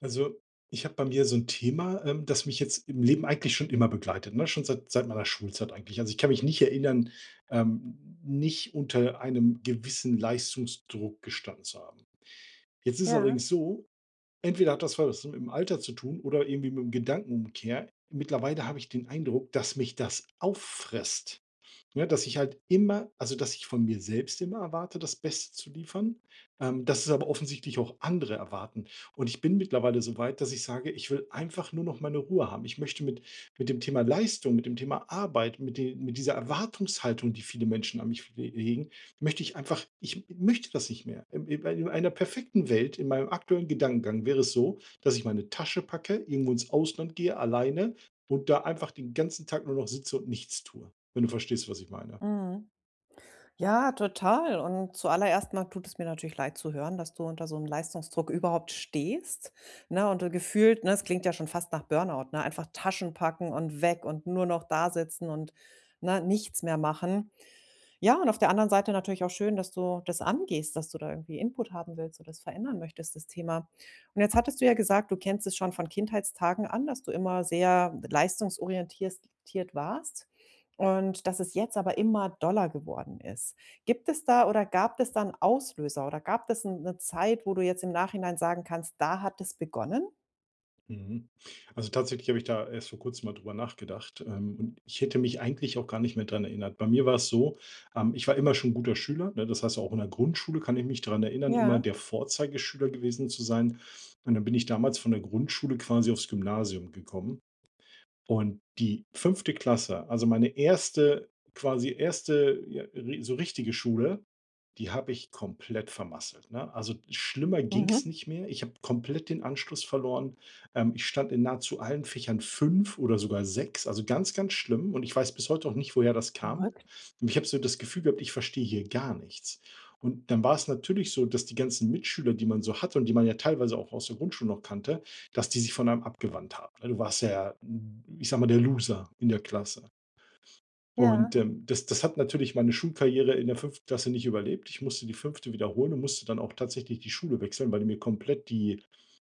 Also, ich habe bei mir so ein Thema, das mich jetzt im Leben eigentlich schon immer begleitet, ne, schon seit meiner Schulzeit eigentlich. Also, ich kann mich nicht erinnern, nicht unter einem gewissen Leistungsdruck gestanden zu haben. Jetzt ist Ja, allerdings so, entweder hat das was mit dem Alter zu tun oder irgendwie mit 'm Gedankenumkehr. Mittlerweile habe ich den Eindruck, dass mich das auffrisst. Ne, dass ich von mir selbst immer erwarte, das Beste zu liefern, dass es aber offensichtlich auch andere erwarten. Und ich bin mittlerweile so weit, dass ich sage: „Ich will einfach nur noch meine Ruhe haben." Ich möchte mit dem Thema Leistung, mit dem Thema Arbeit, mit dieser Erwartungshaltung, die viele Menschen an mich le legen, möchte ich einfach ich möchte das nicht mehr. In einer perfekten Welt, in meinem aktuellen Gedankengang wäre es so, dass ich meine Tasche packe, irgendwo ins Ausland gehe, alleine, und da einfach den ganzen Tag nur noch sitze und nichts tue. Wenn du verstehst, was ich meine. mhm. Ja, total. Und zuallererst mal tut es mir natürlich leid zu hören, dass du unter so einem Leistungsdruck überhaupt stehst, ne? Und du gefühlt, ne, es klingt ja schon fast nach Burnout, ne? Einfach Taschen packen und weg und nur noch da sitzen und, ne, nichts mehr machen. Ja, und auf der anderen Seite natürlich auch schön, dass du das angehst, dass du da irgendwie Input haben willst oder das verändern möchtest, das Thema. Und jetzt hattest du ja gesagt, du kennst es schon von Kindheitstagen an, dass du immer sehr leistungsorientiert warst und dass es jetzt aber immer doller geworden ist. Gibt es da oder gab es da 'n Auslöser oder gab es 'n 'ne Zeit, wo du jetzt im Nachhinein sagen kannst, da hat es begonnen? Mhm. Also, tatsächlich habe ich da erst vor Kurzem mal drüber nachgedacht, und ich hätte mich eigentlich auch gar nicht mehr dran erinnert. Bei mir war es so, ich war immer schon 'n guter Schüler, ne? Das heißt, auch in der Grundschule kann ich mich daran erinnern, immer Ja, der Vorzeigeschüler gewesen zu sein. Und dann bin ich damals von der Grundschule quasi aufs Gymnasium gekommen. Und die fünfte Klasse, also meine erste, quasi erste, ja, ri so richtige Schule, die habe ich komplett vermasselt, ne? Also, schlimmer ging es mhm. nicht mehr. Ich habe komplett den Anschluss verloren. Ich stand in nahezu allen Fächern 5 oder sogar sechs, also ganz, ganz schlimm, und ich weiß bis heute auch nicht, woher das kam. Verrückt. Und ich habe so das Gefühl gehabt, ich verstehe hier gar nichts. Und dann war es natürlich so, dass die ganzen Mitschüler, die man so hatte und die man ja teilweise auch aus der Grundschule noch kannte, dass die sich von einem abgewandt haben, ne? Du warst ja, ich sage mal, der Loser in der Klasse. Und, Ja, ähm, das hat natürlich meine Schulkarriere in der fünften Klasse nicht überlebt. Ich musste die fünfte wiederholen und musste dann auch tatsächlich die Schule wechseln, weil die mir komplett die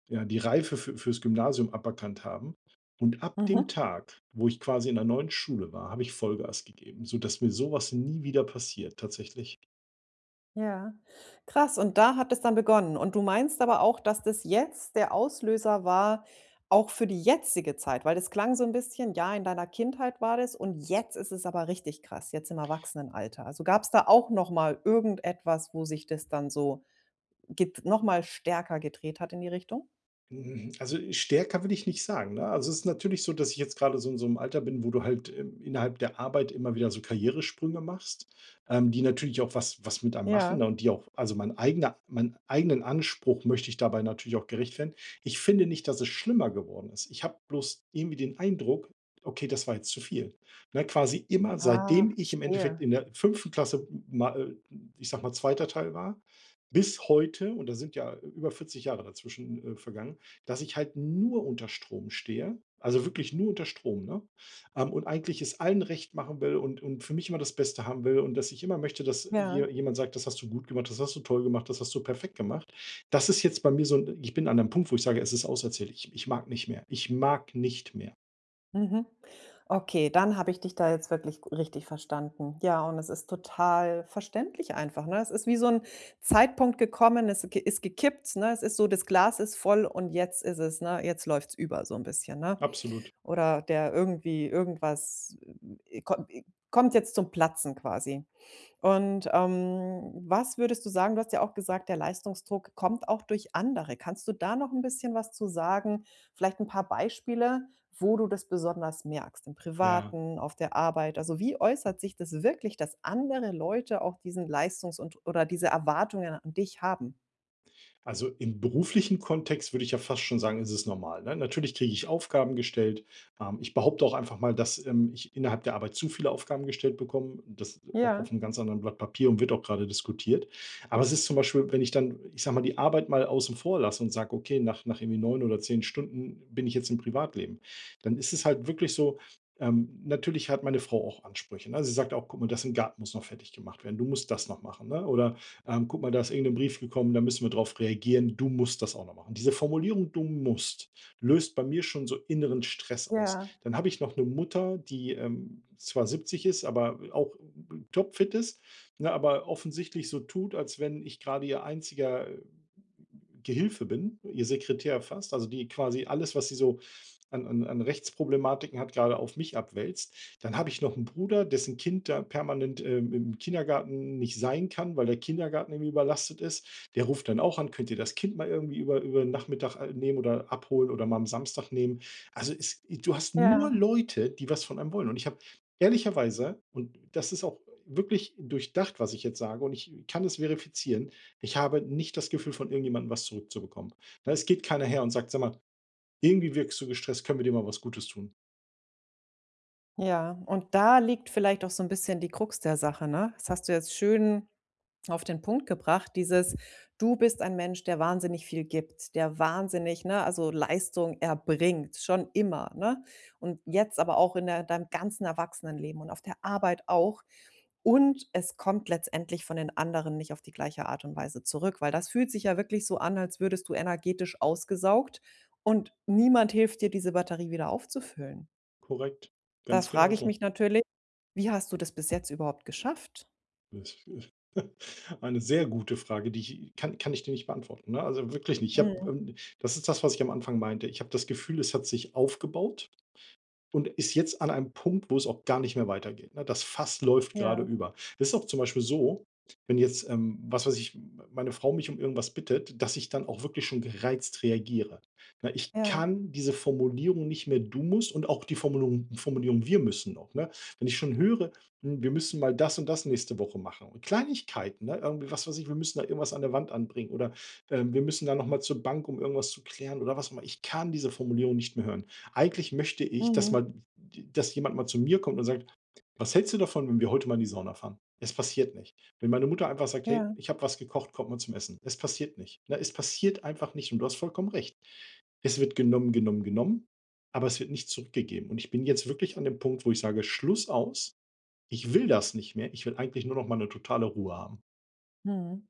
ja, die Reife fürs Gymnasium aberkannt haben. Und ab dem mhm. Tag, wo ich quasi in der neuen Schule war, habe ich Vollgas gegeben, sodass mir sowas nie wieder passiert, tatsächlich. Ja, krass. Und da hat es dann begonnen. Und du meinst aber auch, dass das jetzt der Auslöser war, auch für die jetzige Zeit, weil das klang so ein bisschen, ja, in deiner Kindheit war das und jetzt ist es aber richtig krass, jetzt im Erwachsenenalter. Also, gab es da auch noch mal irgendetwas, wo sich das dann so get noch mal stärker gedreht hat in die Richtung? Hm, also, stärker will ich nicht sagen, ne? Also, es ist natürlich so, dass ich jetzt gerade so in so einem Alter bin, wo du halt, innerhalb der Arbeit immer wieder so Karrieresprünge machst, die natürlich auch was mit einem machen, Ja. ne, meinen eigenen Anspruch möchte ich dabei natürlich auch gerecht werden. Ich finde nicht, dass es schlimmer geworden ist. Ich habe bloß irgendwie den Eindruck: „Okay, das war jetzt zu viel." Ne, quasi immer, Ah, seitdem ich im Endeffekt verstehe. in der fünften Klasse ma ich sag mal, zweiter Teil war, bis heute, und da sind ja über 40 Jahre dazwischen vergangen, dass ich halt nur unter Strom stehe, also wirklich nur unter Strom, ne? Und eigentlich es allen recht machen will und für mich immer das Beste haben will und dass ich immer möchte, dass je Ja. jemand sagt: „Das hast du gut gemacht, das hast du toll gemacht, das hast du perfekt gemacht." Das ist jetzt bei mir so 'n Ich bin an einem Punkt, wo ich sage: „Es ist auserzählt." Ich mag nicht mehr. Ich mag nicht mehr. Mhm. Okay, dann habe ich dich da jetzt wirklich g richtig verstanden. Ja, und es ist total verständlich einfach, ne? Es ist wie so ein Zeitpunkt gekommen, es ge ist gekippt, ne? Es ist so, das Glas ist voll und jetzt ist es, ne, jetzt läuft's über so ein bisschen, ne? Absolut. Oder der irgendwie irgendwas, ko kommt jetzt zum Platzen quasi. Und, was würdest du sagen, du hast ja auch gesagt, der Leistungsdruck kommt auch durch andere. Kannst du da noch ein bisschen was zu sagen? Vielleicht ein paar Beispiele, wo du das besonders merkst, im Ja. Privaten, auf der Arbeit? Also, wie äußert sich das wirklich, dass andere Leute auch diesen Leistungs und oder diese Erwartungen an dich haben? Also im beruflichen Kontext würde ich ja fast schon sagen, ist es normal. Ne? Natürlich kriege ich Aufgaben gestellt. Ich behaupte auch einfach mal, dass ich innerhalb der Arbeit zu viele Aufgaben gestellt bekomme. Das auch Ja, auf einem ganz anderen Blatt Papier, und wird auch gerade diskutiert. Aber es ist zum Beispiel, wenn ich dann, ich sag mal, die Arbeit mal außen vor lasse und sage, okay, nach irgendwie 9 oder 10 Stunden bin ich jetzt im Privatleben, dann ist es halt wirklich so, natürlich hat meine Frau auch Ansprüche. Ne? Sie sagt auch, guck mal, das im Garten muss noch fertig gemacht werden. Du musst das noch machen. Ne? Oder guck mal, da ist irgendein Brief gekommen, da müssen wir drauf reagieren. Du musst das auch noch machen. Diese Formulierung, du musst, löst bei mir schon so inneren Stress aus. ja, Dann habe ich noch eine Mutter, die zwar 70 ist, aber auch topfit ist, ne, aber offensichtlich so tut, als wenn ich gerade ihr einziger Gehilfe bin, ihr Sekretär fast, also die quasi alles, was sie so an Rechtsproblematiken hat, gerade auf mich abwälzt. Dann habe ich noch einen Bruder, dessen Kind da permanent, im Kindergarten nicht sein kann, weil der Kindergarten irgendwie überlastet ist. Der ruft dann auch an: „Könnt ihr das Kind mal irgendwie über 'n Nachmittag nehmen oder abholen oder mal am Samstag nehmen?" Also, es du hast nur ja. Leute, die was von einem wollen. Und ich habe ehrlicherweise, und das ist auch wirklich durchdacht, was ich jetzt sage, und ich kann es verifizieren, ich habe nicht das Gefühl, von irgendjemandem was zurückzubekommen. Ne, es geht keiner her und sagt: „Sag mal, irgendwie wirkst du gestresst, können wir dir mal was Gutes tun?" Ja, und da liegt vielleicht auch so ein bisschen die Krux der Sache, ne? Das hast du jetzt schön auf den Punkt gebracht, dieses: „Du bist ein Mensch, der wahnsinnig viel gibt, der wahnsinnig, ne, also Leistung erbringt, schon immer, ne? Und jetzt aber auch in der deinem ganzen Erwachsenenleben und auf der Arbeit auch. Und es kommt letztendlich von den anderen nicht auf die gleiche Art und Weise zurück.“ Weil das fühlt sich ja wirklich so an, als würdest du energetisch ausgesaugt und niemand hilft dir, diese Batterie wieder aufzufüllen. Korrekt, Da ganz frage genau ich mich so. natürlich: „Wie hast du das bis jetzt überhaupt geschafft?“ Das ist eine sehr gute Frage, die ich kann ich dir nicht beantworten, ne? Also, wirklich nicht. Ich habe Mhm. Das ist das, was ich am Anfang meinte. Ich habe das Gefühl, es hat sich aufgebaut. Und ist jetzt an einem Punkt, wo es auch gar nicht mehr weitergeht, ne? Das Fass läuft gerade Ja, über. Das ist auch zum Beispiel so, wenn jetzt, was weiß ich, meine Frau mich um irgendwas bittet, dass ich dann auch wirklich schon gereizt reagiere. Ne, ich ja. kann diese Formulierung nicht mehr „du musst", und auch die Formulierung „wir müssen" noch, ne? Wenn ich schon höre: „Hm, wir müssen mal das und das nächste Woche machen." Und Kleinigkeiten, ne? Irgendwie, was weiß ich, wir müssen da irgendwas an der Wand anbringen oder, wir müssen da noch mal zur Bank, um irgendwas zu klären, oder was auch immer. Ich kann diese Formulierung nicht mehr hören. Eigentlich möchte ich, Mhm. Dass jemand mal zu mir kommt und sagt: „Was hältst du davon, wenn wir heute mal in die Sauna fahren?" Es passiert nicht. Wenn meine Mutter einfach sagt: „Hey, Ja, ich habe was gekocht, kommt mal zum Essen." Es passiert nicht. Na, es passiert einfach nicht, und du hast vollkommen recht. Es wird genommen, genommen, genommen, aber es wird nicht zurückgegeben, und ich bin jetzt wirklich an dem Punkt, wo ich sage: „Schluss aus. Ich will das nicht mehr. Ich will eigentlich nur noch mal eine totale Ruhe haben." mhm.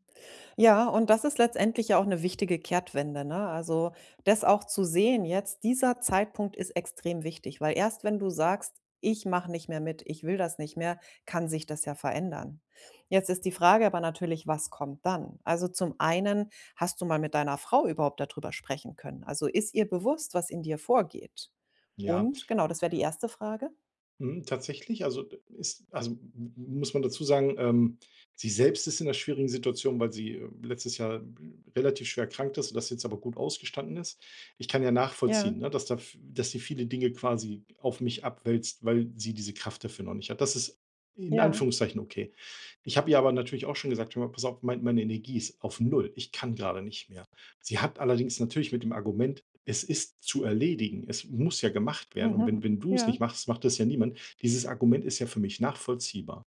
Ja, und das ist letztendlich ja auch eine wichtige Kehrtwende, ne? Also, das auch zu sehen jetzt, dieser Zeitpunkt ist extrem wichtig, weil erst wenn du sagst: „Ich mache nicht mehr mit, ich will das nicht mehr“, kann sich das ja verändern. Jetzt ist die Frage aber natürlich, was kommt dann? Also, zum einen, hast du mal mit deiner Frau überhaupt darüber sprechen können? Also, ist ihr bewusst, was in dir vorgeht? Ja. Und genau, das wäre die erste Frage. Mhm, tatsächlich, also, ist also, muss man dazu sagen, sie selbst ist in einer schwierigen Situation, weil sie letztes Jahr relativ schwer erkrankt ist und das jetzt aber gut ausgestanden ist. Ich kann ja Ja, nachvollziehen, ne, dass da v dass sie viele Dinge quasi auf mich abwälzt, weil sie diese Kraft dafür noch nicht hat. Das ist in ja, Anführungszeichen okay. Ich habe ihr aber natürlich auch schon gesagt: „Hör mal, pass auf, meine Energie ist auf null. Ich kann gerade nicht mehr." Sie hat allerdings natürlich mit dem Argument: „Es ist zu erledigen. Es muss ja gemacht werden. Und mhm, wenn du es ja, nicht machst, macht das ja niemand." Dieses Argument ist ja für mich nachvollziehbar.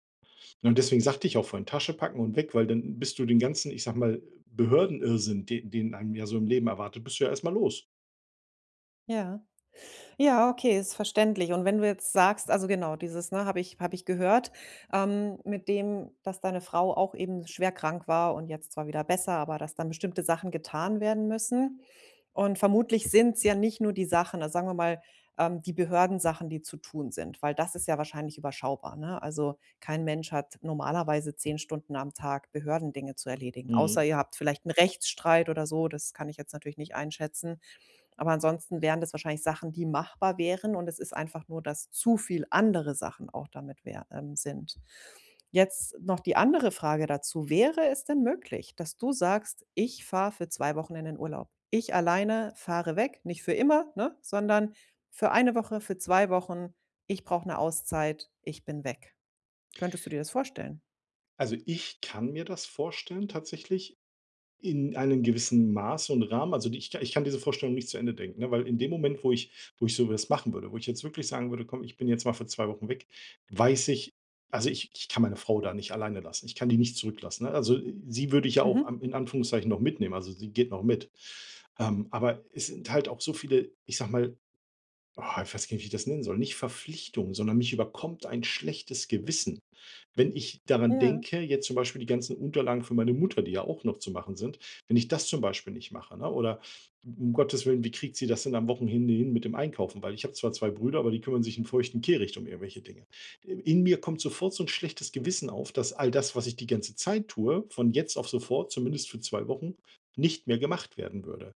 Ne, und deswegen sagte ich auch vorhin: „Tasche packen und weg", weil dann bist du den ganzen, ich sage mal, Behördenirrsinn, den einem ja so im Leben erwartet, bist du ja erst mal los. ja. Ja, okay, ist verständlich. Und wenn du jetzt sagst, also genau, dieses, ne, habe ich gehört, mit dem, dass deine Frau auch eben schwer krank war und jetzt zwar wieder besser, aber dass dann bestimmte Sachen getan werden müssen. Und vermutlich sind es ja nicht nur die Sachen, also sagen wir mal, die Behördensachen, die zu tun sind, weil das ist ja wahrscheinlich überschaubar, ne? Also, kein Mensch hat normalerweise 10 Stunden am Tag Behördendinge zu erledigen, außer Mhm. ihr habt vielleicht einen Rechtsstreit oder so, das kann ich jetzt natürlich nicht einschätzen. Aber ansonsten wären das wahrscheinlich Sachen, die machbar wären, und es ist einfach nur, dass zu viel andere Sachen auch damit wär sind. Jetzt noch die andere Frage dazu: Wäre es denn möglich, dass du sagst: „Ich fahre für 2 Wochen in den Urlaub. Ich alleine fahre weg, nicht für immer, ne, sondern für eine Woche, für 2 Wochen. Ich brauche eine Auszeit. Ich bin weg.“ Könntest du dir das vorstellen? Also, ich kann mir das vorstellen, tatsächlich. In einem gewissen Maß und Rahmen, also, die ich ich kann diese Vorstellung nicht zu Ende denken, ne, weil in dem Moment, wo ich so was machen würde, wo ich jetzt wirklich sagen würde: „Komm, ich bin jetzt mal für 2 Wochen weg", weiß ich, also, ich kann meine Frau da nicht alleine lassen. Ich kann die nicht zurücklassen, ne? Also, sie würde ich ja auch Mhm. am in Anführungszeichen noch mitnehmen, also, sie geht noch mit. Aber es sind halt auch so viele, ich sag mal, ich weiß gar nicht, wie ich das nennen soll. Nicht Verpflichtung, sondern mich überkommt ein schlechtes Gewissen. Wenn ich daran Ja, denke, jetzt zum Beispiel die ganzen Unterlagen für meine Mutter, die ja auch noch zu machen sind, wenn ich das zum Beispiel nicht mache, ne? Oder, um Gottes Willen, wie kriegt sie das denn am Wochenende hin mit dem Einkaufen? Weil ich habe zwar zwei Brüder, aber die kümmern sich in feuchten Kehricht um irgendwelche Dinge. In mir kommt sofort so ein schlechtes Gewissen auf, dass all das, was ich die ganze Zeit tue, von jetzt auf sofort, zumindest für 2 Wochen, nicht mehr gemacht werden würde.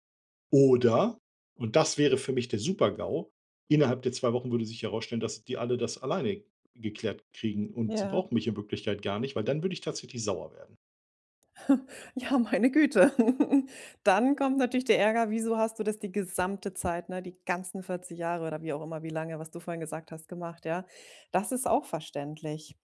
Oder, und das wäre für mich der Super-GAU, innerhalb der 2 Wochen würde sich herausstellen, dass die alle das alleine geklärt kriegen und sie ja. brauchen mich in Wirklichkeit gar nicht, weil dann würde ich tatsächlich sauer werden. Ja, meine Güte. Dann kommt natürlich der Ärger: „Wieso hast du das die gesamte Zeit, ne, die ganzen 40 Jahre oder wie auch immer, wie lange, was du vorhin gesagt hast, gemacht?“ Ja, das ist auch verständlich.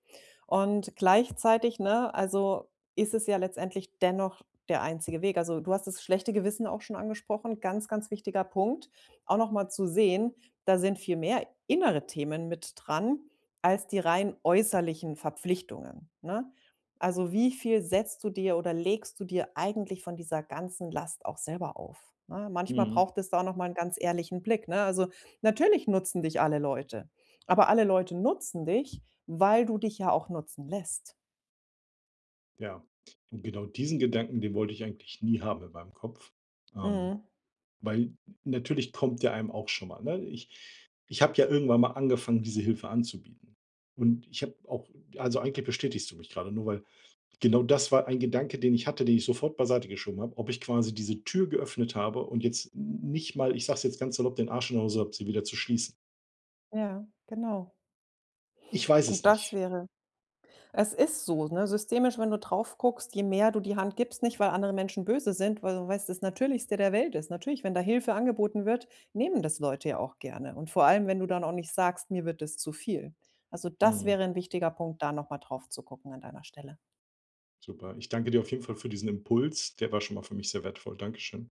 Und gleichzeitig, ne, also, ist es ja letztendlich dennoch der einzige Weg. Also, du hast das schlechte Gewissen auch schon angesprochen, ganz, ganz wichtiger Punkt, auch noch mal zu sehen, da sind viel mehr innere Themen mit dran als die rein äußerlichen Verpflichtungen, ne? Also, wie viel setzt du dir oder legst du dir eigentlich von dieser ganzen Last auch selber auf, ne? Manchmal Mhm, braucht es da auch noch mal 'n ganz ehrlichen Blick, ne? Also, natürlich nutzen dich alle Leute, aber alle Leute nutzen dich, weil du dich ja auch nutzen lässt. ja. Und genau diesen Gedanken, den wollte ich eigentlich nie haben in meinem Kopf. Ähm, Mhm. Weil, natürlich kommt der einem auch schon mal, ne? Ich habe ja irgendwann mal angefangen, diese Hilfe anzubieten. Und ich habe auch, also eigentlich bestätigst du mich gerade, nur weil genau das war ein Gedanke, den ich hatte, den ich sofort beiseite geschoben habe, ob ich quasi diese Tür geöffnet habe und jetzt nicht mal, ich sage es jetzt ganz salopp, den Arsch in der Hose habe, sie wieder zu schließen. Ja, genau. Ich weiß Und es das nicht. wäre, es ist so, ne? Systemisch, wenn du drauf guckst, je mehr du die Hand gibst, nicht weil andere Menschen böse sind, weil du weißt, das Natürlichste der Welt ist. Natürlich, wenn da Hilfe angeboten wird, nehmen das Leute ja auch gerne. Und vor allem, wenn du dann auch nicht sagst, mir wird das zu viel. Also das Mhm. wäre ein wichtiger Punkt, da nochmal drauf zu gucken an deiner Stelle. Super. Ich danke dir auf jeden Fall für diesen Impuls. Der war schon mal für mich sehr wertvoll. Dankeschön.